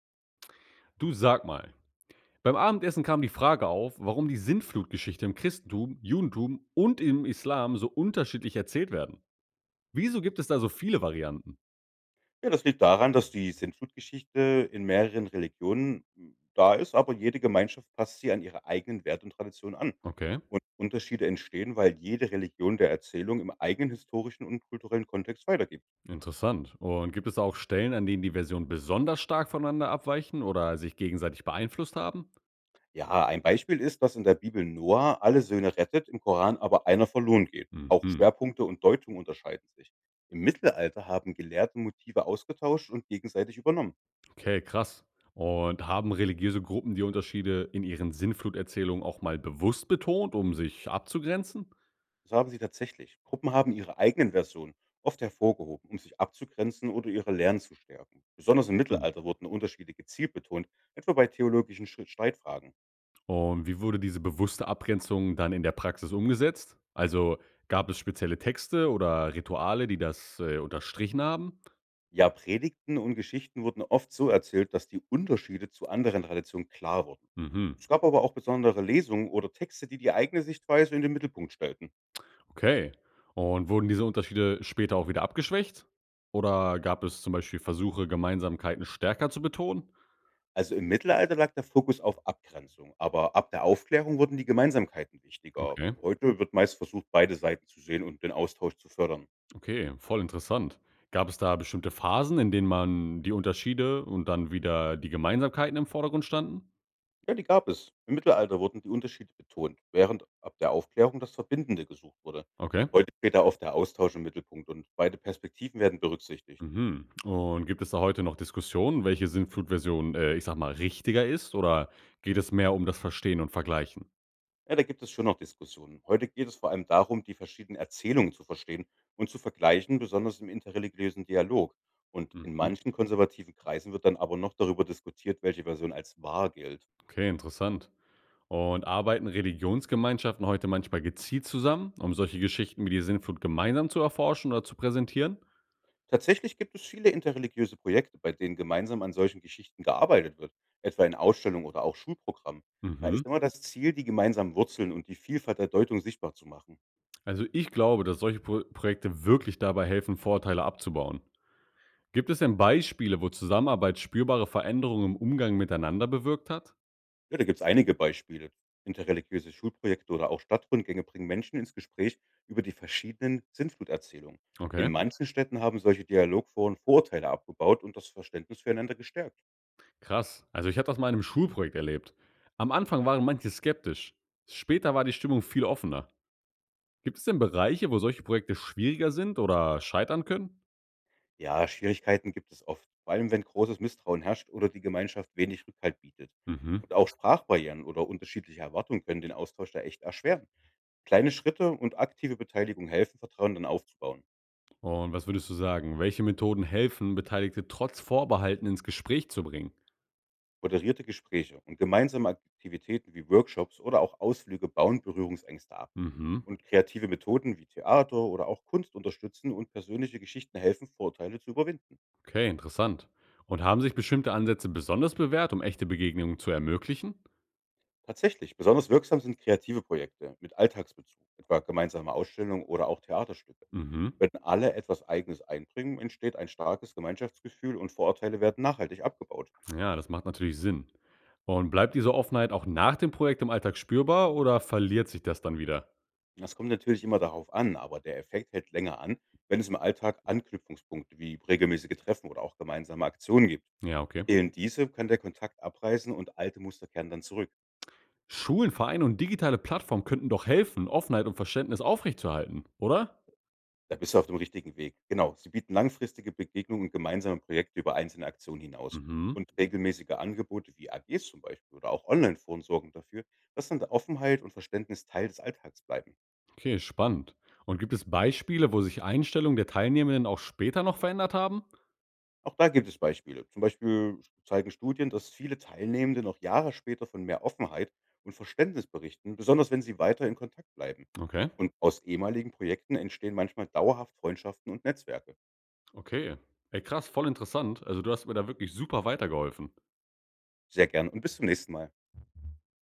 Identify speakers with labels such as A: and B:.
A: Du, sag mal, beim Abendessen kam die Frage auf, warum die Sintflutgeschichte im Christentum, Judentum und im Islam so unterschiedlich erzählt werden. Wieso gibt es da so viele Varianten?
B: Ja, das liegt daran, dass die Sintflutgeschichte in mehreren Religionen da ist, aber jede Gemeinschaft passt sie an ihre eigenen Werte und Traditionen an.
A: Okay,
B: Und Unterschiede entstehen, weil jede Religion der Erzählung im eigenen historischen und kulturellen Kontext weitergibt.
A: interessant. Und gibt es auch Stellen, an denen die Versionen besonders stark voneinander abweichen oder sich gegenseitig beeinflusst haben?
B: Ja, ein Beispiel ist, dass in der Bibel Noah alle Söhne rettet, im Koran aber einer verloren geht. Auch
A: Mhm.
B: Schwerpunkte und Deutung unterscheiden sich. Im Mittelalter haben Gelehrte Motive ausgetauscht und gegenseitig übernommen.
A: Okay, krass. Und haben religiöse Gruppen die Unterschiede in ihren Sinnfluterzählungen auch mal bewusst betont, um sich abzugrenzen?
B: Das haben sie tatsächlich. Gruppen haben ihre eigenen Versionen oft hervorgehoben, um sich abzugrenzen oder ihre Lernen zu stärken. Besonders im Mittelalter wurden Unterschiede gezielt betont, etwa bei theologischen Streitfragen.
A: Und wie wurde diese bewusste Abgrenzung dann in der Praxis umgesetzt? Also, gab es spezielle Texte oder Rituale, die das unterstrichen haben?
B: Ja, Predigten und Geschichten wurden oft so erzählt, dass die Unterschiede zu anderen Traditionen klar wurden.
A: Mhm.
B: Es gab aber auch besondere Lesungen oder Texte, die die eigene Sichtweise in den Mittelpunkt stellten.
A: Okay. Und wurden diese Unterschiede später auch wieder abgeschwächt? Oder gab es zum Beispiel Versuche, Gemeinsamkeiten stärker zu betonen?
B: Also im Mittelalter lag der Fokus auf Abgrenzung, aber ab der Aufklärung wurden die Gemeinsamkeiten wichtiger.
A: Okay,
B: Heute wird meist versucht, beide Seiten zu sehen und den Austausch zu fördern.
A: okay, voll interessant. Gab es da bestimmte Phasen, in denen man die Unterschiede und dann wieder die Gemeinsamkeiten im Vordergrund standen?
B: Ja, die gab es. Im Mittelalter wurden die Unterschiede betont, während ab der Aufklärung das Verbindende gesucht wurde.
A: Okay.
B: Heute steht da oft der Austausch im Mittelpunkt und beide Perspektiven werden berücksichtigt.
A: Mhm. Und gibt es da heute noch Diskussionen, welche Sintflut-Version ich sage mal, richtiger ist, oder geht es mehr um das Verstehen und Vergleichen?
B: Ja, da gibt es schon noch Diskussionen. Heute geht es vor allem darum, die verschiedenen Erzählungen zu verstehen und zu vergleichen, besonders im interreligiösen Dialog. Und in
A: Mhm.
B: manchen konservativen Kreisen wird dann aber noch darüber diskutiert, welche Version als wahr gilt.
A: Okay, interessant. Und arbeiten Religionsgemeinschaften heute manchmal gezielt zusammen, um solche Geschichten wie die Sintflut gemeinsam zu erforschen oder zu präsentieren?
B: Tatsächlich gibt es viele interreligiöse Projekte, bei denen gemeinsam an solchen Geschichten gearbeitet wird, etwa in Ausstellungen oder auch Schulprogrammen. Da
A: Mhm.
B: ist immer das Ziel, die gemeinsamen Wurzeln und die Vielfalt der Deutung sichtbar zu machen.
A: Also ich glaube, dass solche Projekte wirklich dabei helfen, Vorurteile abzubauen. Gibt es denn Beispiele, wo Zusammenarbeit spürbare Veränderungen im Umgang miteinander bewirkt hat?
B: Ja, da gibt es einige Beispiele. Interreligiöse Schulprojekte oder auch Stadtrundgänge bringen Menschen ins Gespräch über die verschiedenen Sinnfluterzählungen. In
A: Okay.
B: manchen Städten haben solche Dialogforen Vorurteile abgebaut und das Verständnis füreinander gestärkt.
A: Krass. Also, ich habe das mal in einem Schulprojekt erlebt. Am Anfang waren manche skeptisch. Später war die Stimmung viel offener. Gibt es denn Bereiche, wo solche Projekte schwieriger sind oder scheitern können?
B: Ja, Schwierigkeiten gibt es oft, vor allem wenn großes Misstrauen herrscht oder die Gemeinschaft wenig Rückhalt bietet.
A: Mhm.
B: Und auch Sprachbarrieren oder unterschiedliche Erwartungen können den Austausch da echt erschweren. Kleine Schritte und aktive Beteiligung helfen, Vertrauen dann aufzubauen.
A: Und was würdest du sagen? Welche Methoden helfen, Beteiligte trotz Vorbehalten ins Gespräch zu bringen?
B: Moderierte Gespräche und gemeinsame Aktivitäten wie Workshops oder auch Ausflüge bauen Berührungsängste ab.
A: Mhm.
B: Und kreative Methoden wie Theater oder auch Kunst unterstützen und persönliche Geschichten helfen, Vorurteile zu überwinden.
A: Okay, interessant. Und haben sich bestimmte Ansätze besonders bewährt, um echte Begegnungen zu ermöglichen?
B: Tatsächlich, besonders wirksam sind kreative Projekte mit Alltagsbezug, etwa gemeinsame Ausstellungen oder auch Theaterstücke.
A: Mhm.
B: Wenn alle etwas Eigenes einbringen, entsteht ein starkes Gemeinschaftsgefühl und Vorurteile werden nachhaltig abgebaut.
A: Ja, das macht natürlich Sinn. Und bleibt diese Offenheit auch nach dem Projekt im Alltag spürbar, oder verliert sich das dann wieder?
B: Das kommt natürlich immer darauf an, aber der Effekt hält länger an, wenn es im Alltag Anknüpfungspunkte wie regelmäßige Treffen oder auch gemeinsame Aktionen gibt.
A: Ja, okay.
B: Fehlen diese, kann der Kontakt abreißen und alte Muster kehren dann zurück.
A: Schulen, Vereine und digitale Plattformen könnten doch helfen, Offenheit und Verständnis aufrechtzuerhalten, oder?
B: Da bist du auf dem richtigen Weg. Genau, sie bieten langfristige Begegnungen und gemeinsame Projekte über einzelne Aktionen hinaus.
A: Mhm.
B: Und regelmäßige Angebote wie AGs zum Beispiel oder auch Online-Foren sorgen dafür, dass dann Offenheit und Verständnis Teil des Alltags bleiben.
A: Okay, spannend. Und gibt es Beispiele, wo sich Einstellungen der Teilnehmenden auch später noch verändert haben?
B: Auch da gibt es Beispiele. Zum Beispiel zeigen Studien, dass viele Teilnehmende noch Jahre später von mehr Offenheit und Verständnis berichten, besonders wenn sie weiter in Kontakt bleiben.
A: Okay.
B: Und aus ehemaligen Projekten entstehen manchmal dauerhaft Freundschaften und Netzwerke.
A: Okay. Ey, krass, voll interessant. Also du hast mir da wirklich super weitergeholfen.
B: Sehr gern und bis zum nächsten Mal.